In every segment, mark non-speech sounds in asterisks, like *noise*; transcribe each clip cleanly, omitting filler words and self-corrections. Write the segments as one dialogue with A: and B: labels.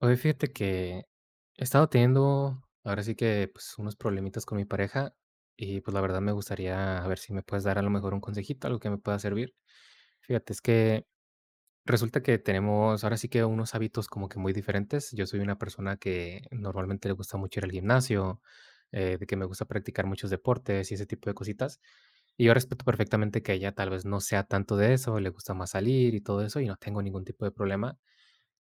A: Oye, fíjate que he estado teniendo, ahora sí que, pues, unos problemitas con mi pareja y, pues, la verdad me gustaría a ver si me puedes dar a lo mejor un consejito, algo que me pueda servir. Fíjate, es que resulta que tenemos ahora sí que unos hábitos como que muy diferentes. Yo soy una persona que normalmente le gusta mucho ir al gimnasio, de que me gusta practicar muchos deportes y ese tipo de cositas. Y yo respeto perfectamente que ella tal vez no sea tanto de eso, le gusta más salir y todo eso, y no tengo ningún tipo de problema.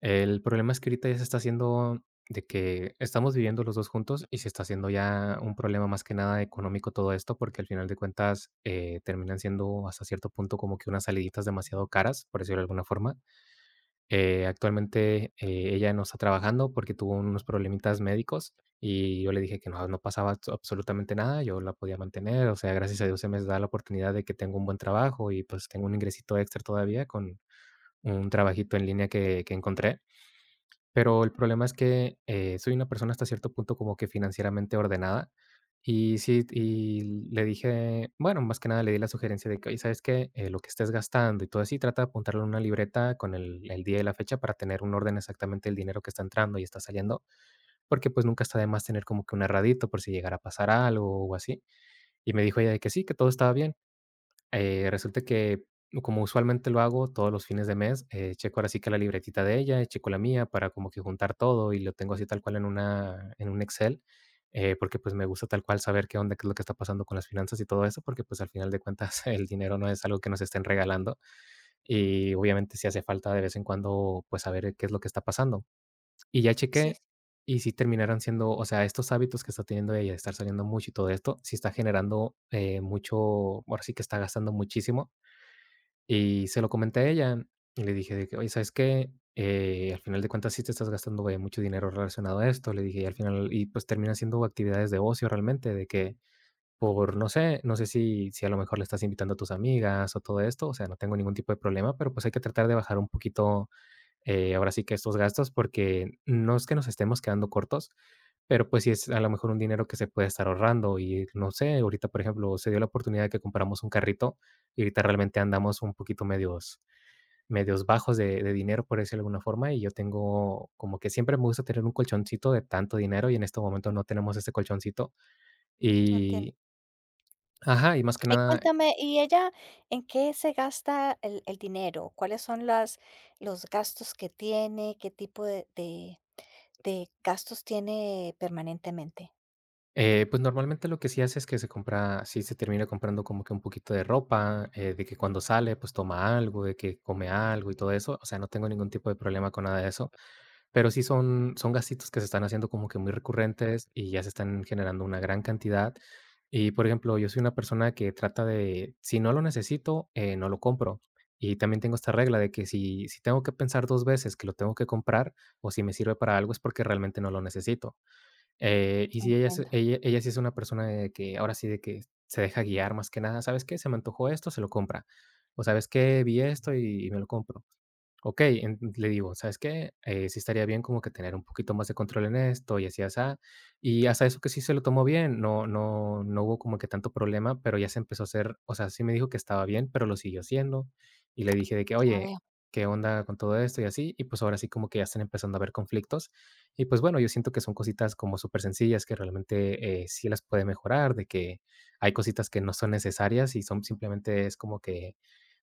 A: El problema es que ahorita ya se está haciendo de que estamos viviendo los 2 juntos y se está haciendo ya un problema más que nada económico todo esto, porque al final de cuentas, terminan siendo hasta cierto punto como que unas saliditas demasiado caras, por decirlo de alguna forma. Actualmente, ella no está trabajando porque tuvo unos problemitas médicos y yo le dije que no pasaba absolutamente nada, yo la podía mantener, o sea, gracias a Dios se me da la oportunidad de que tengo un buen trabajo y, pues, tengo un ingresito extra todavía con un trabajito en línea que encontré. Pero el problema es que, soy una persona hasta cierto punto como que financieramente ordenada, y sí, y le dije, bueno, más que nada le di la sugerencia de que: "Oye, ¿sabes qué? Lo que estés gastando y todo así, trata de apuntarlo en una libreta con el día y la fecha para tener un orden exactamente del dinero que está entrando y está saliendo", porque, pues, nunca está de más tener como que un erradito por si llegara a pasar algo o así. Y me dijo ella de que sí, que todo estaba bien. Resulta que, como usualmente lo hago todos los fines de mes, checo ahora sí que la libretita de ella, y checo la mía para como que juntar todo y lo tengo así tal cual en un Excel, porque, pues, me gusta tal cual saber qué onda, qué es lo que está pasando con las finanzas y todo eso, porque, pues, al final de cuentas *laughs* el dinero no es algo que nos estén regalando y, obviamente, sí hace falta de vez en cuando, pues, saber qué es lo que está pasando. Y ya
B: Sí,
A: chequé,
B: sí,
A: y si terminaron siendo, o sea, estos hábitos que está teniendo ella de estar saliendo mucho y todo esto, sí está generando, mucho, ahora sí que está gastando muchísimo, y se lo comenté a ella, y le dije de que: "Oye, ¿sabes qué? Al final de cuentas sí te estás gastando, mucho dinero relacionado a esto", le dije, y al final y pues termina siendo actividades de ocio realmente, de que por no sé, no sé si a lo mejor le estás invitando a tus amigas o todo esto, o sea, no tengo ningún tipo de problema, pero pues hay que tratar de bajar un poquito ahora sí que estos gastos, porque no es que nos estemos quedando cortos, pero pues sí es a lo mejor un dinero que se puede estar ahorrando y no sé, ahorita por ejemplo se dio la oportunidad de que compramos un carrito y ahorita realmente andamos un poquito medios, medios bajos de dinero por decirlo de alguna forma, y yo tengo como que siempre me gusta tener un colchoncito de tanto dinero y en este momento no tenemos ese colchoncito
B: entiendo.
A: y ajá, y más que
B: Y
A: nada.
B: cuéntame, ¿y ella en qué se gasta el dinero? ¿Cuáles son los gastos que tiene? ¿Qué tipo de de- gastos tiene permanentemente?
A: Pues, normalmente lo que sí hace es que se compra, sí se termina comprando como que un poquito de ropa, de que cuando sale, pues, toma algo, de que come algo y todo eso. O sea, no tengo ningún tipo de problema con nada de eso, pero sí son gastitos que se están haciendo como que muy recurrentes y ya se están generando una gran cantidad. Y, por ejemplo, yo soy una persona que trata de, si no lo necesito, no lo compro. Y también tengo esta regla de que si tengo que pensar 2 veces que lo tengo que comprar o si me sirve para algo es porque realmente no lo necesito. Y sí, ella es
B: Entiendo,
A: ella ella sí es una persona de que, ahora sí, de que se deja guiar más que nada, ¿sabes qué? Se me antojó esto, se lo compra. O, ¿sabes qué? Vi esto y me lo compro. Okey, en le digo, ¿sabes qué? Sí estaría bien como que tener un poquito más de control en esto y así, asá. Y hasta eso que sí se lo tomó bien, no hubo como que tanto problema, pero ya se empezó a hacer, o sea, sí me dijo que estaba bien, pero lo siguió haciendo. Y le dije de que:
B: ya
A: "Oye,
B: veo.
A: ¿qué onda con todo esto?", y así. Y, pues, ahora sí como que ya están empezando a haber conflictos. Y pues bueno, yo siento que son cositas como súper sencillas que realmente sí las puede mejorar, de que hay cositas que no son necesarias y son simplemente es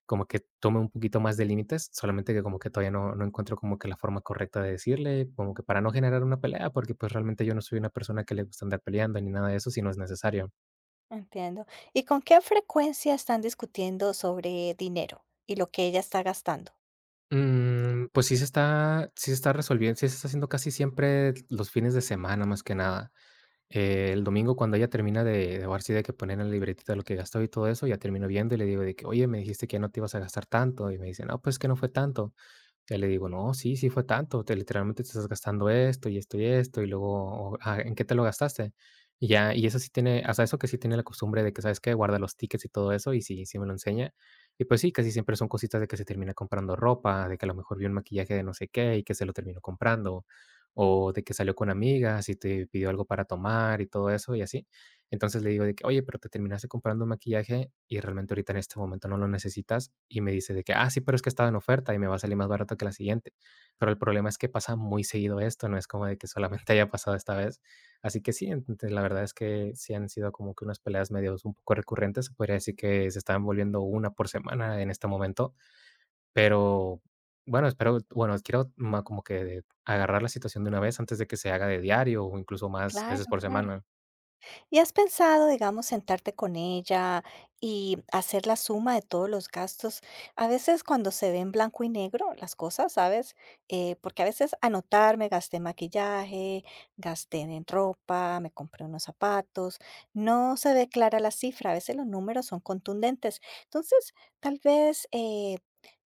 A: como que tome un poquito más de límites, solamente que como que todavía no, no encuentro como que la forma correcta de decirle, como que para no generar una pelea, porque pues realmente yo no soy una persona que le gusta andar peleando ni nada de eso si no es necesario.
B: Entiendo. ¿Y con qué frecuencia están discutiendo sobre dinero y lo que ella está gastando?
A: Mm, pues sí se está resolviendo, sí se está haciendo casi siempre los fines de semana más que nada. El domingo cuando ella termina de ahora sí de que poner en la libretita lo que gastó y todo eso, ya termino viendo y le digo de que: "Oye, me dijiste que ya no te ibas a gastar tanto", y me dice: "No, pues, que no fue tanto". Ya le digo: "No, sí, sí fue tanto, te literalmente te estás gastando esto, y esto, y esto", y luego, o, ah, ¿en qué te lo gastaste? Y ya, y eso sí tiene, o sea, eso que sí tiene la costumbre de que, ¿sabes qué? Guarda los tickets y todo eso, y sí, sí me lo enseña. Y pues sí, casi siempre son cositas de que se termina comprando ropa, de que a lo mejor vio un maquillaje de no sé qué y que se lo terminó comprando, o de que salió con amigas y te pidió algo para tomar y todo eso, y así. Entonces le digo de que, oye, pero te terminaste comprando un maquillaje y realmente ahorita en este momento no lo necesitas. Y me dice de que, ah, sí, pero es que estaba en oferta y me va a salir más barato que la siguiente. Pero el problema es que pasa muy seguido esto, no es como de que solamente *laughs* haya pasado esta vez. Así que sí, entonces, la verdad es que sí han sido como que unas peleas medios un poco recurrentes. Se podría decir que se estaban volviendo una por semana en este momento, pero bueno, espero, bueno, quiero como que agarrar la situación de una vez antes de que se haga de diario o incluso más veces
B: Claro,
A: por
B: claro.
A: semana.
B: ¿Y has pensado, digamos, sentarte con ella y hacer la suma de todos los gastos? A veces cuando se ve en blanco y negro las cosas, ¿sabes? Porque a veces anotarme gasté en maquillaje, gasté en ropa, me compré unos zapatos, no se ve clara la cifra, a veces los números son contundentes. Entonces, tal vez... eh,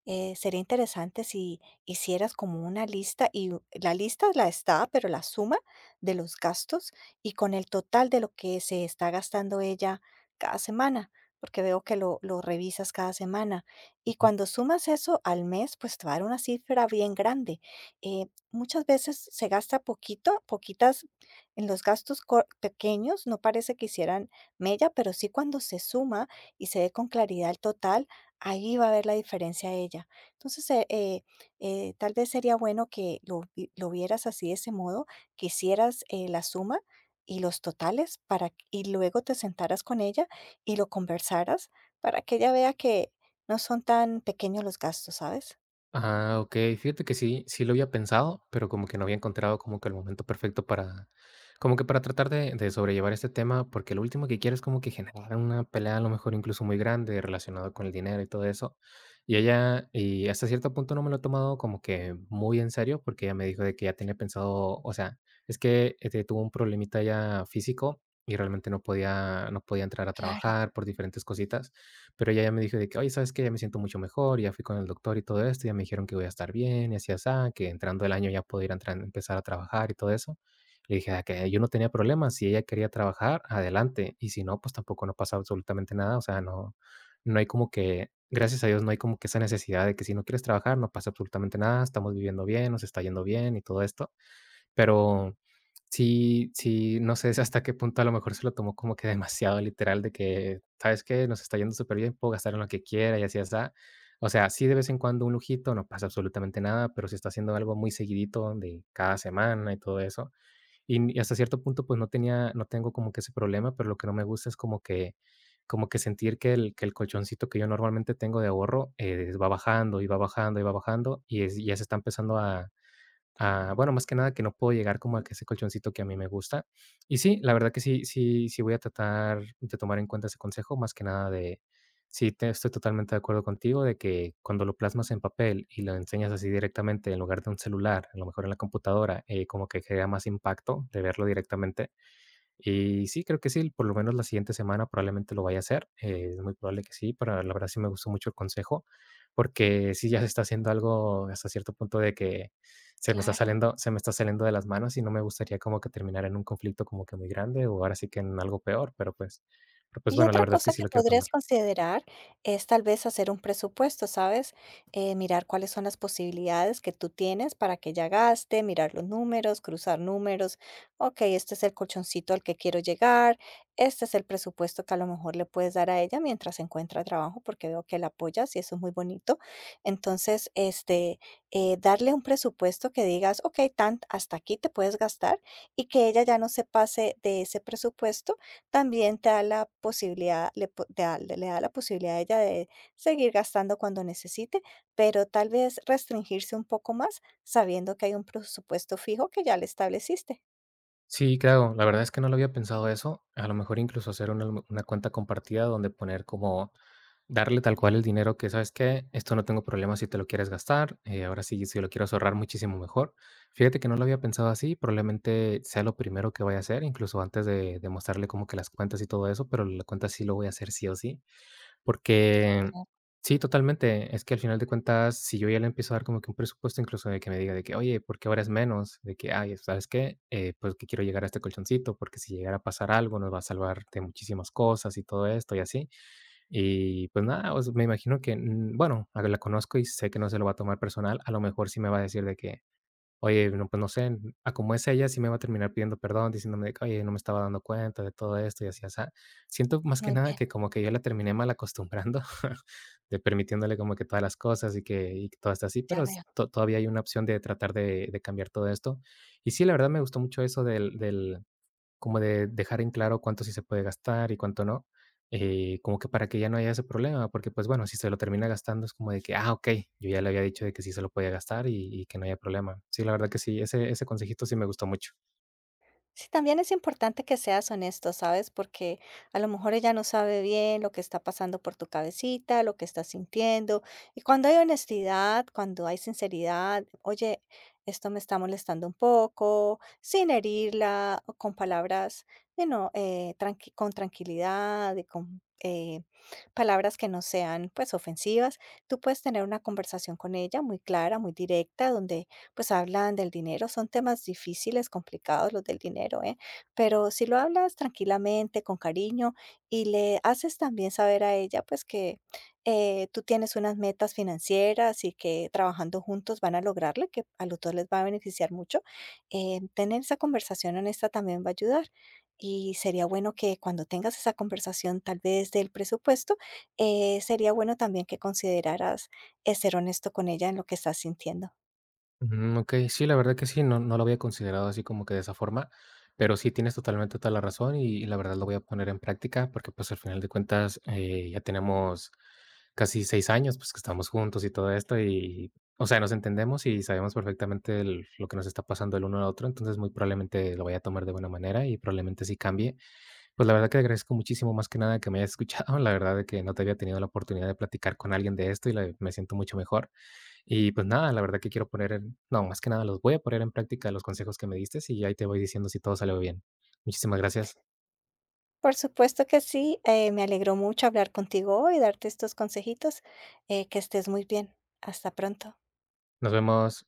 B: eh, sería interesante si hicieras como una lista y la lista la está, pero la suma de los gastos y con el total de lo que se está gastando ella cada semana, porque veo que lo revisas cada semana. Y cuando sumas eso al mes, pues te va a dar una cifra bien grande. Muchas veces se gasta poquito, poquitas en los gastos pequeños, no parece que hicieran mella, pero sí cuando se suma y se ve con claridad el total, ahí va a ver la diferencia ella. Entonces, tal vez sería bueno que lo vieras así de ese modo, que hicieras la suma y los totales para q y luego te sentaras con ella y lo conversaras para que ella vea que no son tan pequeños los gastos, ¿sabes?
A: Ah, okey. Fíjate que sí, sí lo había pensado, pero como que no había encontrado como que el momento perfecto para como que para tratar de sobrellevar este tema, porque lo último que quiero es como que generar una pelea, a lo mejor incluso muy grande, relacionado con el dinero y todo eso. Y ella y hasta cierto punto no me lo he tomado como que muy en serio, porque ella me dijo de que ya tenía pensado, o sea, es que, este, tuvo un problemita ya físico y realmente no podía entrar a
B: Claro,
A: trabajar por diferentes cositas, pero ella ya me dijo de que, oye, ¿sabes qué? Ya me siento mucho mejor, ya fui con el doctor y todo esto, ya me dijeron que voy a estar bien y así, así, que entrando el año ya puedo empezar a trabajar y todo eso. Le dije "Ah, que yo no tenía problemas, si ella quería trabajar, adelante, y si no, pues tampoco no pasa absolutamente nada, o sea, no, no hay como que, gracias a Dios, no hay como que esa necesidad de que si no quieres trabajar, no pasa absolutamente nada, estamos viviendo bien, nos está yendo bien y todo esto. Pero sí, no sé hasta qué punto a lo mejor se lo tomó como que demasiado literal de que, ¿sabes qué? Nos está yendo súper bien, puedo gastar en lo que quiera y así asá. O sea, sí, de vez en cuando un lujito, no pasa absolutamente nada, pero si está haciendo algo muy seguidito de cada semana y todo eso. Y hasta cierto punto, pues, no tengo como que ese problema, pero lo que no me gusta es como que sentir que el colchoncito que yo normalmente tengo de ahorro, va bajando, y va bajando, y va bajando, y ya se está empezando a... Ah, bueno, más que nada que no puedo llegar como a que ese colchoncito que a mí me gusta. Y sí, la verdad que sí voy a tratar de tomar en cuenta ese consejo, más que nada de... Sí, te estoy totalmente de acuerdo contigo de que cuando lo plasmas en papel y lo enseñas así directamente en lugar de un celular, a lo mejor en la computadora, como que genera más impacto de verlo directamente. Y sí, creo que sí, por lo menos la siguiente semana probablemente lo vaya a hacer, es muy probable que sí, pero la verdad sí me gustó mucho el consejo, porque sí ya se está haciendo algo hasta cierto punto de que
B: claro.
A: se me está saliendo de las manos y no me gustaría como que terminar en un conflicto como que muy grande o ahora sí que en algo peor, pero pues
B: Y
A: bueno, la
B: otra
A: verdad es que
B: cosa
A: sí
B: que
A: lo quiero tomar.
B: podrías considerar es tal vez hacer un presupuesto, ¿sabes? Mirar cuáles son las posibilidades que tú tienes para que ya gaste, mirar los números, cruzar números. Ok, este es el colchoncito al que quiero llegar, este es el presupuesto que a lo mejor le puedes dar a ella mientras encuentra trabajo, porque veo que la apoyas y eso es muy bonito. Entonces, darle un presupuesto que digas, ok, tan, hasta aquí te puedes gastar y que ella ya no se pase de ese presupuesto también te da la posibilidad, le po te da le da la posibilidad a ella de seguir gastando cuando necesite, pero tal vez restringirse un poco más, sabiendo que hay un presupuesto fijo que ya le estableciste.
A: Sí, claro, la verdad es que no lo había pensado eso, a lo mejor incluso hacer una cuenta compartida donde poner como... Darle tal cual el dinero que, ¿sabes qué? Esto no tengo problema si te lo quieres gastar, ahora sí, si lo quieres ahorrar muchísimo mejor. Fíjate que no lo había pensado así, probablemente sea lo primero que voy a hacer, incluso antes de mostrarle como que las cuentas y todo eso, pero la cuenta sí lo voy a hacer sí o sí, porque
B: Claro.
A: sí, totalmente, es que al final de cuentas, si yo ya le empiezo a dar como que un presupuesto, incluso de que me diga de que, oye, ¿por qué ahora es menos? De que, ay, ¿sabes qué? Pues que quiero llegar a este colchoncito, porque si llegara a pasar algo, nos va a salvar de muchísimas cosas y todo esto y así, y pues nada, pues, me imagino que, bueno, a la conozco y sé que no se lo va a tomar personal. A lo mejor sí me va a decir de que, oye, no, pues no sé, a como es ella, sí me va a terminar pidiendo perdón, diciéndome de que, oye, no me estaba dando cuenta de todo esto y así, así. Siento más que
B: Muy
A: nada
B: bien,
A: que como que yo la terminé mal acostumbrando, *laughs* de permitiéndole como que todas las cosas y que todo está así,
B: ya
A: pero
B: veo.
A: todavía hay una opción de tratar de cambiar todo esto. Y sí, la verdad me gustó mucho eso del como de dejar en claro cuánto sí se puede gastar y cuánto no, como que para que ya no haya ese problema, porque pues bueno, si se lo termina gastando es como de que, ah, ok, yo ya le había dicho de que sí se lo podía gastar y que no haya problema. Sí, la verdad que sí, ese consejito sí me gustó mucho.
B: Sí, también es importante que seas honesto, ¿sabes? Porque a lo mejor ella no sabe bien lo que está pasando por tu cabecita, lo que estás sintiendo. Y cuando hay honestidad, cuando hay sinceridad, oye, esto me está molestando un poco, sin herirla, o con palabras, con tranquilidad y con palabras que no sean pues ofensivas, tú puedes tener una conversación con ella muy clara, muy directa, donde pues hablan del dinero, son temas difíciles, complicados los del dinero, ¿eh? Pero si lo hablas tranquilamente, con cariño y le haces también saber a ella, pues que tú tienes unas metas financieras y que trabajando juntos van a lograrle, que a los dos les va a beneficiar mucho, tener esa conversación honesta también va a ayudar. Y sería bueno que cuando tengas esa conversación tal vez del presupuesto, sería bueno también que consideraras ser honesto con ella en lo que estás sintiendo.
A: Ujú, okey. Sí, la verdad que sí, no lo había considerado así como que de esa forma, pero sí tienes totalmente toda la razón y la verdad lo voy a poner en práctica porque, pues, al final de cuentas, ya tenemos casi 6 años, pues, que estamos juntos y todo esto y, o sea, nos entendemos y sabemos perfectamente el lo que nos está pasando el uno al otro, entonces muy probablemente lo vaya a tomar de buena manera y probablemente sí cambie. Pues, la verdad que agradezco muchísimo más que nada que me hayas escuchado, *laughs* la verdad de que no te había tenido la oportunidad de platicar con alguien de esto y la me siento mucho mejor. Y pues nada, la verdad que quiero poner en no, más que nada los voy a poner en práctica los consejos que me diste y ahí te voy diciendo si todo salió bien. Muchísimas gracias.
B: Por supuesto que sí, me alegró mucho hablar contigo hoy, y darte estos consejitos, que estés muy bien. Hasta pronto.
A: Nos vemos.